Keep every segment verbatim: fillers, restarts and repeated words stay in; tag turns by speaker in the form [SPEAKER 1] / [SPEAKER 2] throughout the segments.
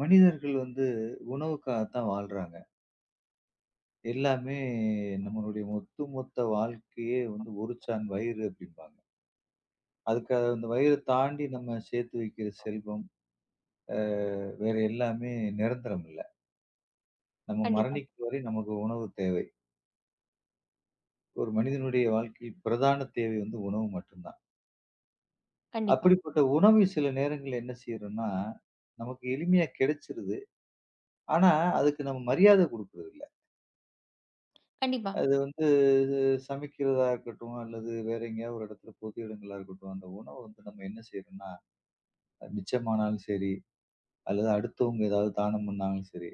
[SPEAKER 1] மனிதர்கள் வந்து உணவுக்காகத்தான் வாழ்றாங்க. எல்லாமே நம்மளுடைய ஒட்டு மொத்த வாழ்க்கையே வந்து ஒரு சாண் வயிறு அப்படிம்பாங்க. அதுக்காக அந்த வயிற தாண்டி நம்ம சேர்த்து வைக்கிற செல்வம், அ வேற எல்லாமே நிரந்தரம் இல்ல. நம்ம
[SPEAKER 2] கண்டிப்பா,
[SPEAKER 1] மரணிக்கும் வரை நமக்கு உணவு தேவை. ஒரு மனிதனுடைய வாழ்க்கையில் பிரதான தேவை வந்து உணவு மட்டும்தான்.
[SPEAKER 2] கண்டிப்பா,
[SPEAKER 1] அப்படிப்பட்ட உணவை சில நேரங்கள்ல என்ன செய்றோம்னா, நமக்கு எளிமையா கிடைச்சிருது. ஆனா, அதுக்கு நம்ம மரியாதை குடுக்குறதில்ல.
[SPEAKER 2] கண்டிப்பா.
[SPEAKER 1] அது வந்து சமைக்கிறதா இருக்கட்டும், அல்லது வேற எங்கேயாவது ஒரு இடத்துல பொது இடங்களா இருக்கட்டும், அந்த உணவ வந்து நம்ம என்ன செய்யணும்னா, மிச்சமானாலும் சரி, அல்லது அடுத்தவங்க ஏதாவது தானம் பண்ணாலும் சரி,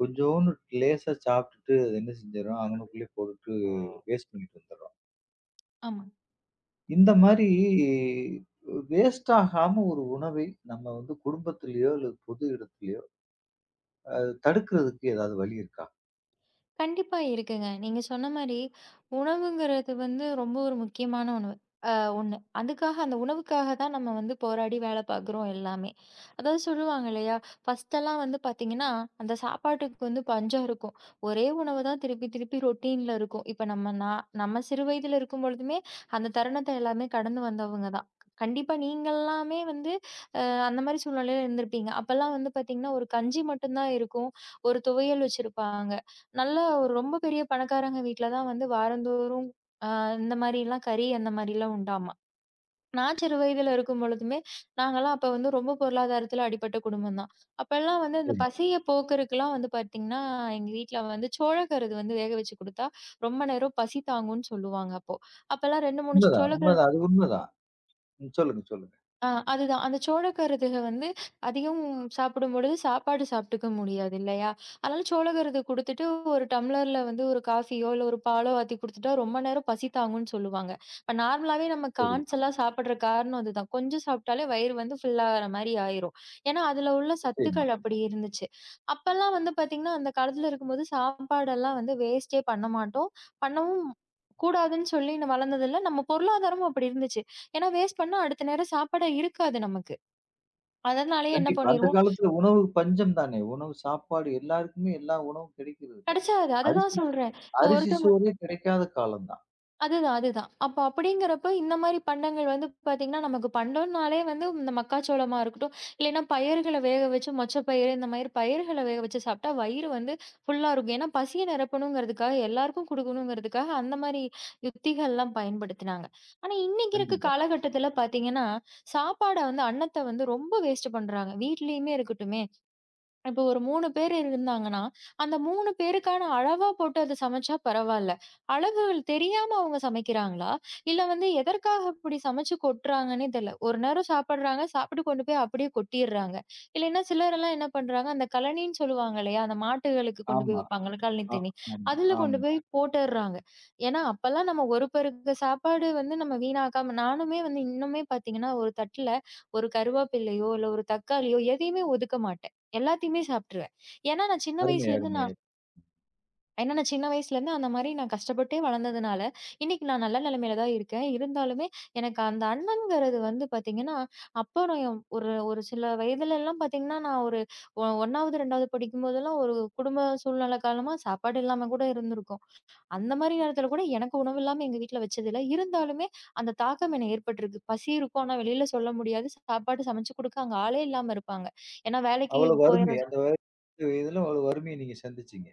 [SPEAKER 1] கொஞ்சோன்னு லேசா சாப்பிட்டுட்டு அத என்ன செஞ்சுர்றோம், அங்கனக்குள்ளயே போட்டுட்டு வேஸ்ட் பண்ணிட்டு வந்துர்றோம்.
[SPEAKER 2] ஆமா.
[SPEAKER 1] இந்த மாரி வேஸ்ட் ஆகாம ஒரு உணவை நம்ம வந்து குடும்பத்திலயோ, அல்லது பொது இடத்திலயோ அ தடுக்கிறதுக்கு ஏதாவது வழி இருக்கா?
[SPEAKER 2] கண்டிப்பா இருக்குங்க. நீங்க சொன்ன மாரி, உணவுங்கிறது வந்து ரொம்ப ஒரு முக்கியமான உணவு. அ ஒண்ணு. அதுக்காக அந்த உணவுக்காக தான் நம்ம வந்து போராடி வேலை பார்க்குறோம் எல்லாமே. அதாவது சொல்லுவாங்க இல்லையா, ஃபர்ஸ்ட்டெல்லாம் வந்து பார்த்தீங்கன்னா, அந்த சாப்பாட்டுக்கு வந்து பஞ்சம் இருக்கும். ஒரே உணவு தான் திருப்பி திருப்பி ரொட்டீன்ல இருக்கும். இப்ப நம்ம நான் நம்ம சிறு வயதில இருக்கும் பொழுதுமே, அந்த தருணத்த எல்லாமே கடந்து வந்தவங்க தான். கண்டிப்பா நீங்கல்லாமே வந்து அ அந்த மாரி சூழ்நிலையில இருந்திருப்பீங்க. அப்பல்லாம் வந்து பார்த்தீங்கன்னா, ஒரு கஞ்சி மட்டும் தான் இருக்கும். ஒரு துவையல் வச்சிருப்பாங்க. நல்ல ஒரு ரொம்ப பெரிய பணக்காரங்க வீட்ல தான் வந்து வாரந்தோறும் அ இந்த மாரிலாம் கறி அந்த மாரிலாம் உண்டாமா. நான் சிறு வயதில இருக்கும் பொழுதுமே, நாங்கலாம் அப்ப வந்து ரொம்ப பொருளாதாரத்தில அடிபட்ட குடும்பம் தான். அப்பலாம் வந்து இந்த
[SPEAKER 1] சரிங்க.
[SPEAKER 2] பசிய போக்குறதுக்குலாம் வந்து பார்த்தீங்கன்னா, எங்க வீட்ல வந்து சோளக்கருது வந்து வேக வச்சு குடுத்தா, ரொம்ப நேரம் பசி தாங்கும்ன்னு சொல்லுவாங்க அப்போ. அப்பலாம் ரெண்டு, மூணு
[SPEAKER 1] உண்மதான்,
[SPEAKER 2] சோளக்கருது
[SPEAKER 1] உண்மதான். அது உண்மதான். ம் சொல்லுங்க, சொல்லுங்க.
[SPEAKER 2] ஆ அதுதான். அந்த சோளக்கருதுக வந்து அதிகம் சாப்பிடும்பொழுது சாப்பாடு சாப்பிட்டுக்க முடியாது இல்லையா? அதனால சோளக்கருது குடுத்துட்டு ஒரு டம்ளர்ல வந்து ஒரு காஃபியோ, இல்ல ஒரு பாலோ ஆத்தி குடுத்துட்டா ரொம்ப நேரம் பசி தாங்கும்ன்னு சொல்லுவாங்க. இப்ப நார்மலாவே நம்ம
[SPEAKER 1] சரி.
[SPEAKER 2] கார்ன்ஸ் எல்லாம் சாப்பிடுற காரணம் அதுதான். கொஞ்சம் சாப்பிட்டாலே வயிறு வந்து ஃபில் ஆகுற மாரி ஆயிரும். ஏன்னா, அதுல உள்ள
[SPEAKER 1] நிச்சயமா.
[SPEAKER 2] சத்துக்கள் அப்படி இருந்துச்சு. அப்பல்லாம் வந்து பார்த்தீங்கன்னா, அந்த காலத்துல இருக்கும்போது சாப்பாடெல்லாம் வந்து வேஸ்ட்டே பண்ண மாட்டோம். பண்ணவும் கூடாதுன்னு சொல்லி நம்ம வளர்ந்ததில்ல. நம்ம பொருளாதாரமும் அப்படி இருந்துச்சு. ஏன்னா வேஸ்ட் பண்ணா அடுத்த நேரம் சாப்பாடே இருக்காது நமக்கு. அதனாலயே என்ன
[SPEAKER 1] கண்டிப்பா. அந்த
[SPEAKER 2] பண்ணிருவோம்,
[SPEAKER 1] காலத்துல உணவு பஞ்சம் தானே! உணவு சாப்பாடு எல்லாருக்குமே எல்லா உணவும் கிடைக்கிறதில்ல.
[SPEAKER 2] கிடைச்சாது.
[SPEAKER 1] அரிசி
[SPEAKER 2] அதுதான்
[SPEAKER 1] சோ
[SPEAKER 2] சொல்றேன். இப்போ
[SPEAKER 1] அரிசி
[SPEAKER 2] ஒருத்தவங்க
[SPEAKER 1] சோறே கிடைக்காத காலம் தான்.
[SPEAKER 2] அதுதான், அதுதான். அப்ப அப்படிங்கிறப்ப இந்த மாரி பண்டங்கள் வந்து பார்த்தீங்கன்னா, நமக்கு பண்டம்னாலே வந்து இந்த மக்காச்சோளமா இருக்கட்டும், இல்லைன்னா பயறுகள வேக வச்சு மொச்சப்பயிறு இந்த மாரி பயிர்கள வேக வச்சு சாப்பிட்டா வயிறு வந்து ஃபுல்லா இருக்கும். ஏன்னா பசிய நிரப்பணுங்கிறதுக்காக, எல்லாருக்கும் குடுக்கணுங்கிறதுக்காக அந்த மாரி யுக்திகள்லாம் பயன்படுத்தினாங்க. ஆனா இன்னைக்கு இருக்க
[SPEAKER 1] கண்டிப்பா.
[SPEAKER 2] காலகட்டத்தில பார்த்தீங்கன்னா, சாப்பாட வந்து, அன்னத்த வந்து ரொம்ப வேஸ்ட் பண்றாங்க. வீட்லயுமே இருக்கட்டுமே, இப்போ ஒரு மூணு பேர் இருந்தாங்கன்னா, அந்த மூணு பேருக்கான அளவா போட்டு அத சமைச்சா பரவால்ல. அளவுகள் தெரியாம அவங்க சமைக்கிறாங்களா? இல்ல வந்து எதற்காக இப்படி சமைச்சு கொட்டுறாங்கன்னே தெரியல. ஒரு நேரம் சாப்பிடுறாங்க, சாப்பிட்டு கொண்டு போய் அப்படியே கொட்டிர்றாங்க. இல்லைன்னா சிலரெல்லாம் என்ன பண்றாங்க, அந்த கழனின்னு சொல்லுவாங்க இல்லையா? அந்த மாட்டுகளுக்கு கொண்டு போய்
[SPEAKER 1] ஆமா.
[SPEAKER 2] வைப்பாங்கல்ல கழனி
[SPEAKER 1] ஆ
[SPEAKER 2] தண்ணி.
[SPEAKER 1] ஆமா,
[SPEAKER 2] அதுல கொண்டு
[SPEAKER 1] ஆமா.
[SPEAKER 2] போய் போட்டுர்றாங்க. ஏன்னா, அப்பல்லாம் நம்ம ஒரு பேருக்கு சாப்பாடு வந்து நம்ம வீணாக்காம நானுமே வந்து இன்னுமே பார்த்தீங்கன்னா, ஒரு தட்டுல ஒரு கருவேப்பிலையோ, இல்ல ஒரு தக்காளியோ எதையுமே ஒதுக்க மாட்டேன். எல்லாத்தையுமே சாப்பிட்டுருவேன். ஏன்னா நான் சின்ன
[SPEAKER 1] அருமை,
[SPEAKER 2] வயசுலேருந்து
[SPEAKER 1] அருமை.
[SPEAKER 2] நான் ஏன்னா நான் சின்ன வயசுலேருந்து அந்த மாரி நான் கஷ்டப்பட்டே வளர்ந்ததுனால, இன்னைக்கு நான் நல்ல நிலைமையில தான் இருக்கேன். இருந்தாலுமே எனக்கு அந்த அண்ணன்ங்கிறது வந்து பார்த்தீங்கன்னா, அப்போ நான் என் ஒரு ஒரு சில வயதுலலாம் பார்த்தீங்கன்னா, நான் ஒரு ஒ 1வது, 2வது படிக்கும்போதெல்லாம் ஒரு குடும்ப சூழ்நிலை காலமா சாப்பாடு இல்லாம கூட இருந்திருக்கும். அந்த மாரி நேரத்தில கூட எனக்கு உணவு இல்லாம எங்க வீட்ல வச்சதில்ல. இருந்தாலுமே அந்த தாக்கம் என்ன ஏற்பட்டிருக்கு. பசி இருக்கும். ஆனா வெளியில சொல்ல முடியாது. சாப்பாடு சமைச்சு குடுக்க அங்க ஆளே இல்லாம இருப்பாங்க. ஏன்னா வேலைக்கு
[SPEAKER 1] அவ்வளோ
[SPEAKER 2] போயிற
[SPEAKER 1] வறுமை அந்த வயதுல அவ்வளோ வறுமைய நீங்க சந்திச்சீங்க.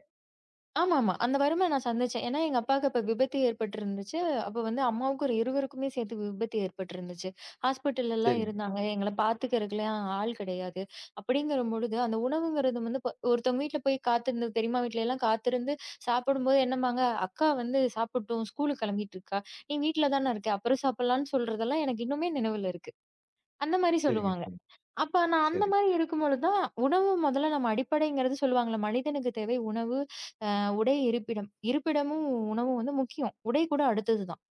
[SPEAKER 2] ஆமாமா. அந்த வறுமை நான் சந்திச்சேன். ஏன்னா எங்க அப்பாவுக்கு அப்ப விபத்து ஏற்பட்டிருந்துச்சு. அப்ப வந்து அம்மாவுக்கு ஒரு இருவருக்குமே சேர்த்து விபத்து ஏற்பட்டிருந்துச்சு. ஹாஸ்பிட்டல்லலாம்
[SPEAKER 1] சரிங்க,
[SPEAKER 2] இருந்தாங்க. எங்கள பார்த்துக்கிறதுக்குலாம் ஆள் கிடையாது. அப்படிங்கிறபொழுது, அந்த உணவுங்கிறது வந்து இப்ப ஒருத்தவங்க வீட்ல போய் காத்திருந்து பெரியம்மா வீட்லலாம் காத்திருந்து சாப்பிடும்போது என்னம்பாங்க, "அக்கா வந்து சாப்பிட்டும். ஸ்கூலுக்கு கிளம்பிட்டு இருக்கா. நீ வீட்ல தானே இருக்க. அப்புறம் சாப்பிடலாம்னு" சொல்றதெல்லாம் எனக்கு இன்னுமே நினைவுல இருக்கு. அந்த மாரி
[SPEAKER 1] சரிங்க,
[SPEAKER 2] சொல்லுவாங்க.
[SPEAKER 1] சரிங்க,
[SPEAKER 2] அப்ப நான் அந்த
[SPEAKER 1] சரி.
[SPEAKER 2] மாரி இருக்கும்பொழுது தான், உணவு முதல்ல நம்ம அடிப்படைங்கிறது சொல்லுவாங்கல்ல, மனிதனுக்கு தேவை உணவு, உடை இருப்பிடம். இருப்பிடமும், உணவும் வந்து முக்கியம். உடை கூட அடுத்தது தான்.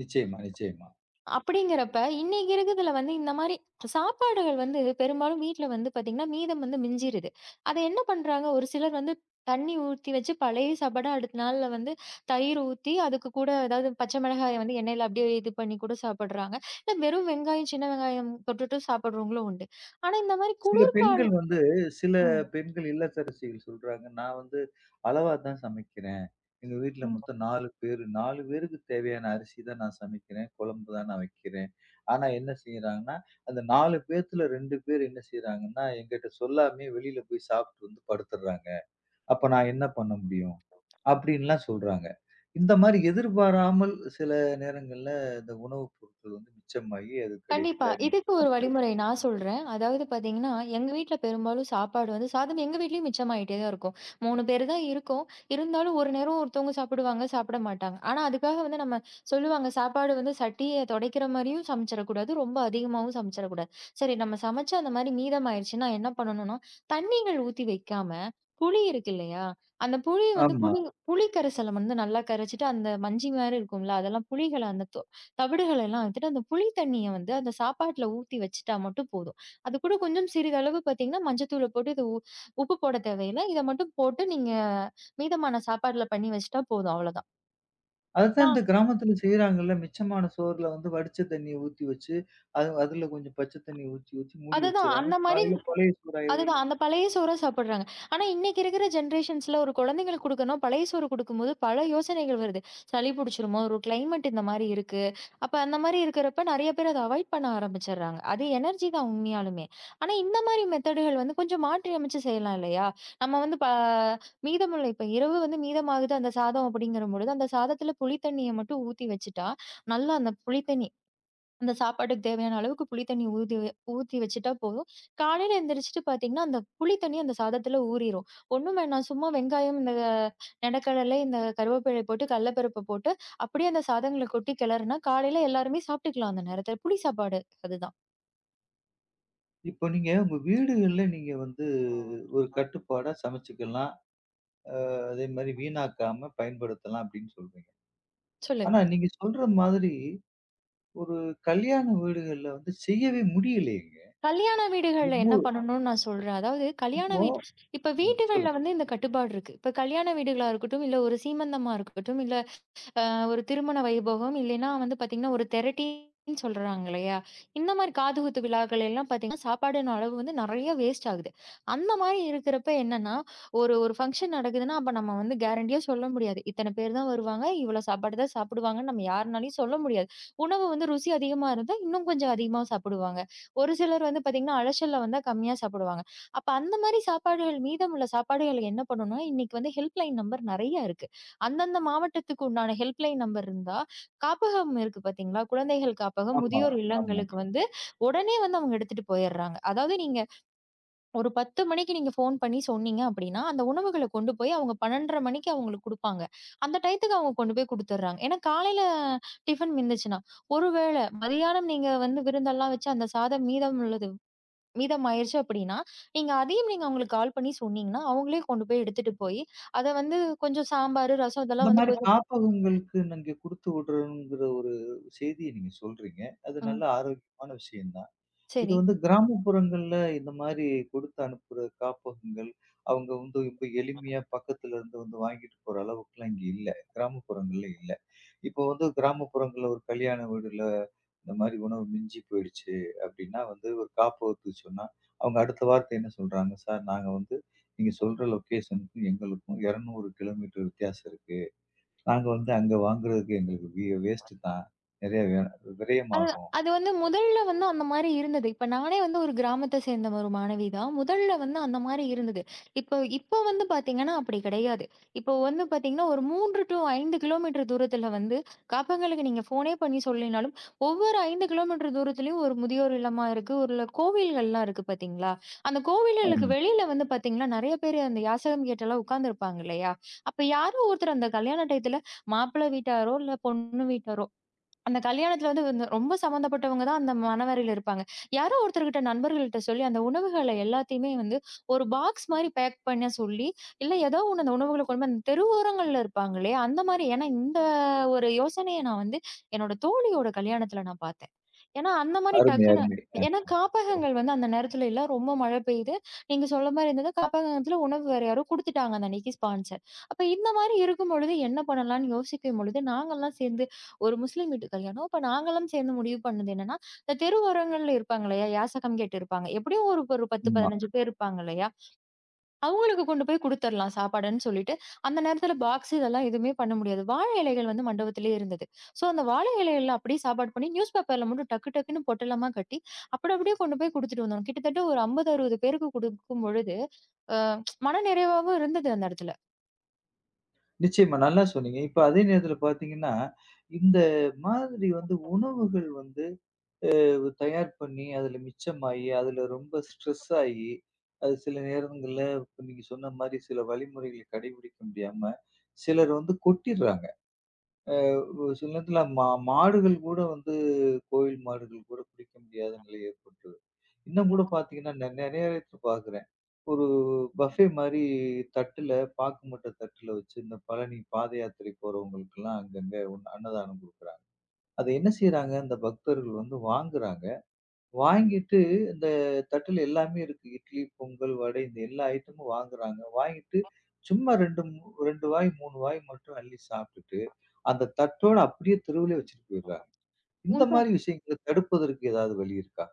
[SPEAKER 1] நிச்சயமா, நிச்சயமா.
[SPEAKER 2] அப்படிங்கிறப்ப, இன்னைக்கு இருக்கிறதுல வந்து இந்த மாரி சாப்பாடுகள் வந்து பெரும்பாலும் வீட்ல வந்து பார்த்தீங்கன்னா, மீதம் வந்து மிஞ்சிருது. அத என்ன பண்றாங்க, ஒரு சிலர் வந்து தண்ணி ஊத்தி வச்சு பழைய சாப்பாட அடுத்த நாள்ல வந்து தயிர் ஊத்தி, அதுக்கு கூட ஏதாவது பச்சை மிளகாய வந்து எண்ணெயில அப்படியே இது பண்ணி கூட சாப்பிடுறாங்க. இல்ல வெறும் வெங்காயம், சின்ன வெங்காயம் தொட்டுட்டு சாப்பிடுறவங்களும் உண்டு. ஆனா இந்த மாரி
[SPEAKER 1] சில பெண்கள்
[SPEAKER 2] குளிர்காலம்
[SPEAKER 1] வந்து சில
[SPEAKER 2] ம்,
[SPEAKER 1] பெண்கள் இல்லத்தரசிகள் சொல்றாங்க, "நான் வந்து அளவா தான் சமைக்கிறேன். எங்க வீட்ல
[SPEAKER 2] ம்.
[SPEAKER 1] மொத்தம் நாலு பேரு. நாலு பேருக்கு தேவையான அரிசி தான் நான் சமைக்கிறேன். குழம்பு தான் நான் வைக்கிறேன்." ஆனா என்ன செய்றாங்கன்னா, அந்த நாலு பேத்துல ரெண்டு பேர் என்ன செய்றாங்கன்னா, என்கிட்ட சொல்லாமயே வெளியில போய் சாப்பிட்டு வந்து படுத்துடுறாங்க. அப்ப நான் என்ன பண்ண முடியும்? அப்படின்லாம் சொல்றாங்க. இந்த மாரி எதிர்பாராமல் சில நேரங்கள்ல இந்த உணவுப் பொருட்கள் வந்து மிச்சமாகி, அது
[SPEAKER 2] கண்டிப்பா.
[SPEAKER 1] கடைசியில நீங்க.
[SPEAKER 2] இதுக்கு ஒரு வழிமுறை நான் சொல்றேன். அதாவது பார்த்தீங்கன்னா, எங்க வீட்ல பெரும்பாலும் சாப்பாடு வந்து சாதம் எங்க வீட்லயும் மிச்சமாயிட்டே தான் இருக்கும். மூணு பேரு தான் இருக்கோம். இருந்தாலும் ஒரு நேரம் ஒருத்தவங்க சாப்பிடுவாங்க, சாப்பிட மாட்டாங்க. ஆனா, அதுக்காக வந்து நம்ம சொல்லுவாங்க, சாப்பாடு வந்து சட்டிய துடைக்கிற மாரியும் சமைச்சிடக்கூடாது, ரொம்ப அதிகமாவும் சமைச்சிடக்கூடாது. சரி நம்ம சமைச்சு அந்த மாரி மீதமாயிருச்சுன்னா என்ன பண்ணணும்னா, தண்ணீகள் ஊத்தி வைக்காம, புளி இருக்கு இல்லையா? அந்த புளிய வந்து
[SPEAKER 1] ஆமா.
[SPEAKER 2] புளி புளி கரைசல வந்து நல்லா கரைச்சுட்டு, அந்த மஞ்சி மாரி இருக்கும்ல, அதெல்லாம் புளிகள அந்த தொ தவிடுகள எல்லாம் வந்துட்டு, அந்த புளி தண்ணிய வந்து அந்த சாப்பாட்டுல ஊத்தி வச்சுட்டா மட்டும் போதும். அது கூட கொஞ்சம் சிறிதளவு பார்த்தீங்கன்னா, மஞ்சத்தூள போட்டு இது உ உப்பு போட தேவையில்ல. இத மட்டும் போட்டு நீங்க மீதமான சாப்பாடுல பண்ணி வச்சுட்டா போதும். அவ்வளதான். ஆ.
[SPEAKER 1] அதத்தான் இந்த கிராமத்துல செய்றாங்கல்ல. மிச்சமான சோறுல வந்து வடிச்ச தண்ணிய ஊத்தி வச்சு, அது அதுல கொஞ்சம் பச்ச தண்ணி ஊத்தி ஊத்தி மூடி
[SPEAKER 2] அதுதான்
[SPEAKER 1] வச்சுர்றாங்க.
[SPEAKER 2] அந்த மாரி
[SPEAKER 1] காலையில பழைய சோறு ஆயிருதுல்ல.
[SPEAKER 2] அதுதான். அந்த பழைய சோற சாப்பிடுறாங்க. ஆனா, இன்னைக்கு இருக்கிற ஜெனரேஷன்ஸ்ல ஒரு குழந்தைங்களுக்கு குடுக்கணும், பழைய சோறு குடுக்கும்போது பல யோசனைகள் வருது. சளி புடிச்சிருமோ? ஒரு கிளைமேட் இந்த மாரி இருக்கு. அப்ப அந்த மாரி இருக்கிறப்ப நெறைய பேர் அத அவாய்ட் பண்ண ஆரம்பிச்சர்றாங்க. அது எனர்ஜி தான் உண்மையாலுமே. ஆனா, இந்த மாரி மெத்தடுகள் வந்து கொஞ்சம் மாற்றி அமைச்சு செய்யலாம் இல்லையா? நம்ம வந்து ப மீதமுள்ள இப்ப இரவு வந்து மீதமாகுது அந்த சாதம் அப்படிங்கிற பொழுது, அந்த சாதத்துல புளி தண்ணிய மட்டும் ஊத்தி வச்சுட்டா, நல்லா அந்த புளி தண்ணி அந்த சாப்பாட்டுக்கு தேவையான அளவுக்கு புளி தண்ணி ஊதி வே- ஊத்தி வச்சுட்டா போதும். காலையில எந்திரிச்சுட்டு பார்த்தீங்கன்னா, அந்த புளி தண்ணி அந்த சாதத்துல ஊறிரும். ஒண்ணும் வேணாம். சும்மா வெங்காயம், இந்த நெடக்கடலை, இந்த கருவேப்பிலை போட்டு, கடலப்பருப்பு போட்டு, அப்படியே அந்த சாதங்கள கொட்டி கிளறுனா, காலையில எல்லாருமே சாப்பிட்டுக்கலாம் அந்த நேரத்துல. புளி சாப்பாடு அதுதான்.
[SPEAKER 1] இப்ப நீங்க உங்க வீடுகள்ல நீங்க வந்து ஒரு கட்டுப்பாடா சமைச்சுக்கலாம். அதே மாரி வீணாக்காம பயன்படுத்தலாம் அப்படின்னு சொல்றீங்க. ஆனா
[SPEAKER 2] சொல்லுங்க.
[SPEAKER 1] நீங்க சொல்ற மாதிரி ஒரு கல்யாண வீடுகள்ல வந்து செய்யவே முடியலையேங்க.
[SPEAKER 2] கல்யாண வீடுகள்ல என்ன
[SPEAKER 1] ஒவ்வொரு
[SPEAKER 2] பண்ணணும்னு நான் சொல்றேன். அதாவது கல்யாண
[SPEAKER 1] இப்போ
[SPEAKER 2] வீட் இப்ப
[SPEAKER 1] ம்
[SPEAKER 2] வீடுகள்ல
[SPEAKER 1] சொல்லுங்க.
[SPEAKER 2] வந்து இந்த கட்டுப்பாடு இருக்கு. இப்ப கல்யாண வீடுகளா இருக்கட்டும், இல்ல ஒரு சீமந்தமா இருக்கட்டும், இல்ல ஒரு திருமண வைபவம் இல்லைன்னா வந்து பார்த்தீங்கன்னா, ஒரு தெரட்டின்னு சொல்றாங்க இல்லையா? இந்த மாரி காதுகுத்து விழாக்கள் எல்லாம் பார்த்தீங்கன்னா, சாப்பாடின் அளவு வந்து நெறைய வேஸ்ட் ஆகுது. அந்த மாரி இருக்கிறப்ப என்னன்னா, ஒரு ஒரு ஃபங்ஷன் நடக்குதுன்னா, அப்ப நம்ம வந்து கேரண்டியா சொல்ல முடியாது. இத்தன பேர் தான் வருவாங்க, இவ்வளோ சாப்பாடு தான் சாப்பிடுவாங்கன்னு நம்ம யாருனாலயும் சொல்ல முடியாது. உணவு வந்து ருசி அதிகமா இருந்தா, இன்னும் கொஞ்சம் அதிகமா சாப்பிடுவாங்க. ஒரு சிலர் வந்து பார்த்தீங்கன்னா, அலச்சல்ல வந்தா கம்மியா சாப்பிடுவாங்க. அப்ப அந்த மாரி சாப்பாடுகள் மீதமுள்ள சாப்பாடுகள் என்ன பண்ணணும்னா, இன்னைக்கு வந்து ஹெல்ப்லைன் நம்பர் நெறைய இருக்கு. அந்தந்த மாவட்டத்துக்கு உண்டான ஹெல்ப்லைன் நம்பர் இருந்தா, காப்பகம் இருக்கு பார்த்தீங்களா? குழந்தைகள் காப்பகம்,
[SPEAKER 1] ஆமா,
[SPEAKER 2] முதியோர்
[SPEAKER 1] ஆமா.
[SPEAKER 2] இல்லங்களுக்கு வந்து உடனே வந்து அவங்க எடுத்துட்டு போயிர்றாங்க. அதாவது நீங்க ஒரு பத்து மணிக்கு நீங்க ஃபோன் பண்ணி சொன்னீங்க அப்படின்னா, அந்த உணவுகள கொண்டு போய் அவங்க பன்னிரண்டரை மணிக்கு அவங்களுக்கு குடுப்பாங்க. அந்த டயத்துக்கு அவங்க கொண்டு போய் குடுத்துர்றாங்க. ஏன்னா காலையில டிஃபன் மிந்துச்சுன்னா, ஒருவேள மதியானம் நீங்க வந்து விருந்தெல்லாம் வச்சு அந்த சாதம் மீதம் உள்ளது மீதம் ஆயிருச்சு அப்படின்னா, நீங்க அதையும் நீங்க அவங்களுக்கு கால் பண்ணி சொன்னீங்கன்னா, அவங்களே கொண்டு போய் எடுத்துட்டு போய், அத வந்து கொஞ்சம் சாம்பாரு, ரசம்
[SPEAKER 1] இந்த
[SPEAKER 2] இதெல்லாம் வந்து
[SPEAKER 1] மாரி
[SPEAKER 2] கொஞ்சம்
[SPEAKER 1] காப்பகங்களுக்கு நீங்க குடுத்து விடுறோங்கிற ஒரு செய்திய நீங்க சொல்றீங்க. அது
[SPEAKER 2] ம்.
[SPEAKER 1] நல்ல ஆரோக்கியமான விஷயம் தான். இது
[SPEAKER 2] சரி.
[SPEAKER 1] வந்து கிராமப்புறங்கள்ல இந்த மாரி கொடுத்து அனுப்புற காப்பகங்கள், அவங்க வந்து இப்ப எளிமையா பக்கத்துல இருந்து வந்து வாங்கிட்டு போற அளவுக்குலாம் இங்க இல்ல. கிராமப்புறங்கள்ல இல்ல. இப்போ வந்து கிராமப்புறங்கள்ல ஒரு கல்யாண வீடுல இந்த மாரி உணவு மிஞ்சி போயிடுச்சு அப்டின்னா வந்து ஒரு காப்பகத்துக்கு சொன்னா, அவங்க அடுத்த வார்த்தை என்ன சொல்றாங்க? சார் நாங்க வந்து நீங்க சொல்ற லொக்கேஷனுக்கும் எங்களுக்கும் இருநூறு கிலோமீட்டர் வித்தியாசம் இருக்கு. நாங்க வந்து அங்க வாங்குறதுக்கு எங்களுக்கு வி வேஸ்ட்டு தான். நெறைய வி
[SPEAKER 2] அது
[SPEAKER 1] விரயமாகும்.
[SPEAKER 2] அது வந்து முதல்ல வந்து அந்த மாரி இருந்தது. இப்ப நானே வந்து ஒரு கிராமத்த சேர்ந்த ஒரு மாணவி தான். முதல்ல வந்து அந்த மாரி இருந்தது. இப்போ இப்போ வந்து பார்த்தீங்கன்னா, அப்படி கிடையாது. இப்போ வந்து பார்த்தீங்கன்னா, ஒரு மூன்று டூ ஐந்து கிலோமீட்டர் தூரத்தில வந்து காப்பகங்களுக்கு நீங்க ஃபோனே பண்ணி சொல்லினாலும், ஒவ்வொரு ஐந்து கிலோமீட்டர் தூரத்திலயும் ஒரு முதியோர் இல்லமா இருக்கு. ஒரு கோவில்கள்லாம் இருக்கு பார்த்தீங்களா? அந்த கோவில்களுக்கு
[SPEAKER 1] ஆமா.
[SPEAKER 2] வெளியில வந்து பார்த்தீங்கன்னா, நெறைய பேர் அந்த யாசகம் கேட்டெல்லாம் உட்கார்ந்துருப்பாங்க இல்லையா? அப்ப யாரோ ஒருத்தர் அந்த கல்யாண டயத்தில மாப்பிள்ளை வீட்டாரோ, இல்ல பொண்ணு வீட்டாரோ அந்த கல்யாணத்துல வந்து வந்து ரொம்ப சம்மந்தப்பட்டவங்க தான் அந்த மணவறையில இருப்பாங்க. யாரோ ஒருத்தர்கிட்ட நண்பர்கள்ட்ட சொல்லி, அந்த உணவுகள எல்லாத்தையுமே வந்து ஒரு பாக்ஸ் மாரி பேக் பண்ண சொல்லி, இல்ல ஏதோ ஒண்ணு அந்த உணவுகள கொண்டு போய் அந்த தெருவோரங்கள்ல இருப்பாங்க இல்லையா? அந்த மாரி ஏன்னா இந்த ஒரு யோசனைய நான் வந்து என்னோட தோழியோட கல்யாணத்துல நான் பார்த்தேன். ஏன்னா அந்த மாரி
[SPEAKER 1] அருமை,
[SPEAKER 2] டக்குனு
[SPEAKER 1] அருமை. அ
[SPEAKER 2] ஏன்னா
[SPEAKER 1] ஓ
[SPEAKER 2] காப்பகங்கள் வந்து அந்த நேரத்துல இல்ல. ரொம்ப மழை பெய்யுது. நீங்க சொல்ல மாரி இருந்தது. காப்பகத்துல உணவு வேற யாரோ குடுத்துட்டாங்க அந்த அன்னைக்கு ஸ்பான்சர். அப்ப இந்த மாரி இருக்கும் பொழுது என்ன பண்ணலாம்ன்னு யோசிக்கும் பொழுது நாங்கலாம் சேர்ந்து ஒரு முஸ்லீம் வீட்டு கல்யாணம். அப்ப நாங்களும் சேர்ந்து முடிவு பண்ணது என்னன்னா, இந்த தெருவோரங்கள்ல இருப்பாங்க இல்லையா? யாசகம் கேட்டு இருப்பாங்க. எப்படியும் ஒரு ஒரு பத்து,
[SPEAKER 1] ஆமா.
[SPEAKER 2] பதினஞ்சு பேர் இருப்பாங்க இல்லையா? அவங்களுக்கு கொண்டு போய் குடுத்துரலாம் சாப்பாடுன்னு சொல்லிட்டு, அந்த நேரத்துல பாக்ஸ் இதெல்லாம் எதுவுமே பண்ண முடியாது. வாழை இலைகள் வந்து மண்டபத்திலேயே இருந்தது. சோ, அந்த வாழை இலைகள்ல அப்படியே சாப்பாடு பண்ணி நியூஸ் பேப்பர்ல மட்டும் டக்கு டக்குன்னு பொட்டலமா கட்டி, அப்படி அப்படியே கொண்டு போய் குடுத்துட்டு வந்தோம். கிட்டத்தட்ட ஒரு ஐம்பது, அறுபது பேருக்கு குடுக்கும் பொழுது, அ மனநிறைவாவும் இருந்தது அந்த இடத்துல.
[SPEAKER 1] நிச்சயமா நல்லா சொன்னீங்க. இப்ப அதே நேரத்துல பார்த்தீங்கன்னா, இந்த மாதிரி வந்து உணவுகள் வந்து வ் தயார் பண்ணி, அதுல மிச்சமாயி, அதுல ரொம்ப ஸ்ட்ரெஸ் ஆயி, அது சில நேரங்கள்ல இப்ப நீங்க சொன்ன மாரி சில வழிமுறைகளை கடைபிடிக்க முடியாம, சிலர் வந்து கொட்டிர்றாங்க. ஒரு சில நேரத்துல மா மாடுகள் கூட வந்து கோயில் மாடுகள் கூட பிடிக்க முடியாத நிலை ஏற்பட்டுரும். இன்னும் கூட பாத்தீங்கன்னா, நான் நெறைய இடத்துல பாக்குறேன். ஒரு பஃபே மாரி தட்டுல பாக்கு மட்ட தட்டுல வச்சு இந்த பழனி பாத யாத்திரை போறவங்களுக்கெல்லாம் அங்கங்க உண் அன்னதானம் குடுக்குறாங்க. அத என்ன செய்றாங்க, அந்த பக்தர்கள் வந்து வாங்குறாங்க. வாங்கிட்டு இந்த தட்டுல எல்லாமே இருக்கு. இட்லி, பொங்கல், வடை இந்த எல்லா ஐட்டமும் வாங்குறாங்க. வாங்கிட்டு சும்மா ரெண்டு மு ரெண்டு வாய், மூணு வாய் மட்டும் அள்ளி சாப்ட்டுட்டு அந்த தட்டோட அப்படியே தெருவுலே வச்சுட்டு போயிடுறாங்க. இந்த
[SPEAKER 2] உள்ப
[SPEAKER 1] மாரி விஷயங்கள தடுப்பதற்கு ஏதாவது வழி இருக்கா?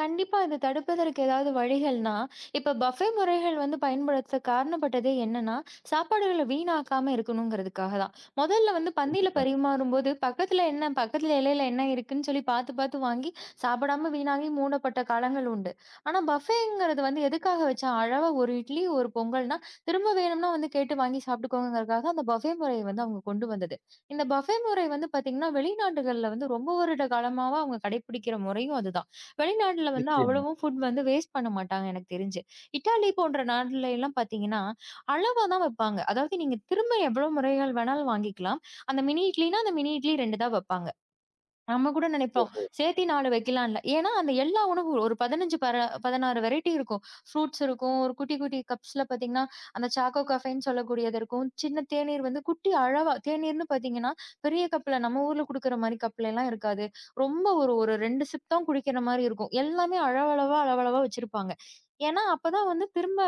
[SPEAKER 2] கண்டிப்பா இத தடுப்பதற்கு ஏதாவது வழிகள்னா, இப்ப பஃபே முறைகள் வந்து பயன்படுத்த காரணப்பட்டதே என்னன்னா, சாப்பாடுகள வீணாக்காம இருக்கணுங்கிறதுக்காக தான். முதல்ல வந்து பந்தியில
[SPEAKER 1] கண்டிப்பா.
[SPEAKER 2] பரிமாறும்போது, பக்கத்துல என்ன பக்கத்துல இலையில என்ன இருக்குன்னு சொல்லி பாத்து, பாத்து வாங்கி சாப்பிடாம வீணாகி மூடப்பட்ட காலங்கள் உண்டு. ஆனா பஃபேங்கிறது வந்து எதுக்காக வச்சா, அளவா ஒரு இட்லி, ஒரு பொங்கல்னா, திரும்ப வேணும்னா வந்து கேட்டு வாங்கி சாப்பிட்டுக்கோங்கறதுக்காக அந்த பஃபே முறைய வந்து அவங்க கொண்டு வந்தது. இந்த பஃபே முறை வந்து பாத்தீங்கன்னா, வெளிநாடுகள்ல வந்து ரொம்ப வருட காலமாவா அவங்க கடைபிடிக்கிற முறையும் அதுதான். வெளிநாட்டுல வந்து
[SPEAKER 1] நிச்சயமா.
[SPEAKER 2] அவ்வளவும் ஃபுட் வந்து வேஸ்ட் பண்ண மாட்டாங்க எனக்கு தெரிஞ்சு. இட்டாலி போன்ற நாடுல எல்லாம் பார்த்தீங்கன்னா, அளவா தான் வைப்பாங்க. அதாவது நீங்க திரும்ப எவ்வளவு முறைகள் வேணாலும் வாங்கிக்கலாம். அந்த மினி இட்லினா, அந்த மினி இட்லி ரெண்டு தான் வைப்பாங்க. நம்ம கூட நினைப்போம். சேர்த்தி நாலு வைக்கலாம் இல்ல. ஏன்னா, அந்த எல்லா உணவும் ஒரு பதினஞ்சு பர பதினாறு வெரைட்டி இருக்கும். ஃப்ரூட்ஸ் இருக்கும். ஒரு குட்டி, குட்டி கப்ஸ்ல பார்த்தீங்கன்னா, அந்த சாக்கோ கஃபேன்னு சொல்லக்கூடியது இருக்கும். சின்ன தேநீர் வந்து குட்டி அளவா தேநீர்ன்னு பார்த்தீங்கன்னா, பெரிய கப்ல நம்ம ஊர்ல குடுக்குற மாரி கப்லலாம் இருக்காது. ரொம்ப ஒரு ஒரு ரெண்டு சிப் தான் குடிக்கிற மாரி இருக்கும். எல்லாமே அளவளவா, அளவளவா வச்சிருப்பாங்க. ஏன்னா, அப்பதான் வந்து திரும்ப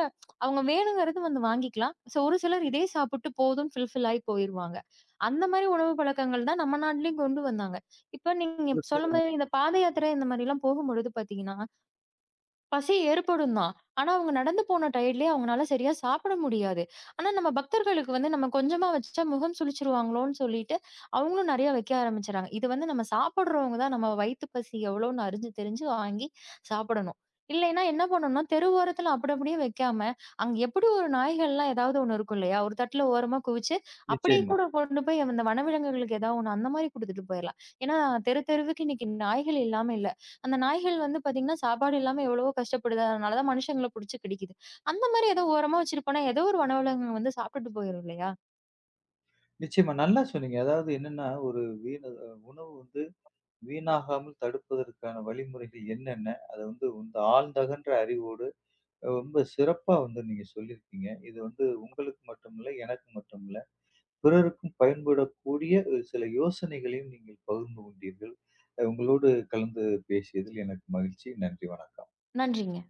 [SPEAKER 2] அவங்க வேணுங்கிறது வந்து வாங்கிக்கலாம். ஸோ ஒரு சிலர் இதே சாப்பிட்டு போதும்ன்னு ஃபுல்ஃபில் ஆயி போயிருவாங்க. அந்த மாரி உணவு பழக்கங்கள் தான் நம்ம நாட்டிலயும் கொண்டு வந்தாங்க. இப்ப நீங்க சொன்ன
[SPEAKER 1] உங்களுக்கு-
[SPEAKER 2] மாரி இந்த பாதயாத்திரை இந்த மாரிலாம் போகும்பொழுது பார்த்தீங்கன்னா, பசி ஏற்படும் தான். ஆனா, அவங்க நடந்து போன டயர்ட்லயே அவங்கனால சரியா சாப்பிட முடியாது. ஆனா, நம்ம பக்தர்களுக்கு வந்து நம்ம கொஞ்சமா வச்சா முகம் சுளிச்சிருவாங்களோன்னு சொல்லிட்டு, அவங்களும் நெறைய வைக்க ஆரம்பிச்சுறாங்க. இது வந்து நம்ம சாப்பிடுறவங்க தான் நம்ம வயித்து பசி எவ்வளோன்னு அறிஞ்சு தெரிஞ்சு வாங்கி சாப்பிடணும். இல்லைன்னா என்ன பண்ணணும்னா, தெரு ஓரத்துல அப்படி அப்படியே வைக்காம, அங்க எப்படி ஒரு நாய்கள்லாம் ஏதாவது ஒண்ணு இருக்கும் இல்லையா? ஒரு தட்டுல ஓரமா குவிச்சு, அப்படியே
[SPEAKER 1] நிச்சயமா,
[SPEAKER 2] கூட கொண்டு போய் அந்த வனவிலங்குகளுக்கு ஏதாவது ஒண்ணு அந்த மாரி குடுத்துட்டு போயிரலாம். ஏன்னா, தெரு தெருவுக்கு இன்னைக்கு நாய்கள் இல்லாம இல்ல. அந்த நாய்கள் வந்து பாத்தீங்கன்னா, சாப்பாடு இல்லாம எவ்வளவோ கஷ்டப்படுது. அதனால தான் மனுஷங்கள புடிச்சு கடிக்குது. அந்த மாரி ஏதோ ஓரமா வச்சிருப்போம்னா, ஏதோ ஒரு வனவிலங்கு வந்து சாப்ட்டுட்டு போயிரும் இல்லையா?
[SPEAKER 1] நிச்சயமா. நல்லா சொன்னீங்க. அதாவது என்னன்னா, ஒரு வீண உணவு வந்து வீணாகாமல் தடுப்பதற்கான வழிமுறைகள் என்னென்ன? அத வந்து இந்த ஆழ்ந்தகன்ற அறிவோடு ரொம்ப சிறப்பா வந்து நீங்க சொல்லியிருக்கீங்க. இது வந்து உங்களுக்கு மட்டுமில்ல, எனக்கு மட்டுமில்ல, பிறருக்கும் பயன்படக்கூடிய ஒரு சில யோசனைகளையும் நீங்கள் பகிர்ந்து கொண்டீர்கள். அஹ் உங்களோடு கலந்து பேசியதில் எனக்கு மகிழ்ச்சி. நன்றி, வணக்கம்.
[SPEAKER 2] நன்றிங்க.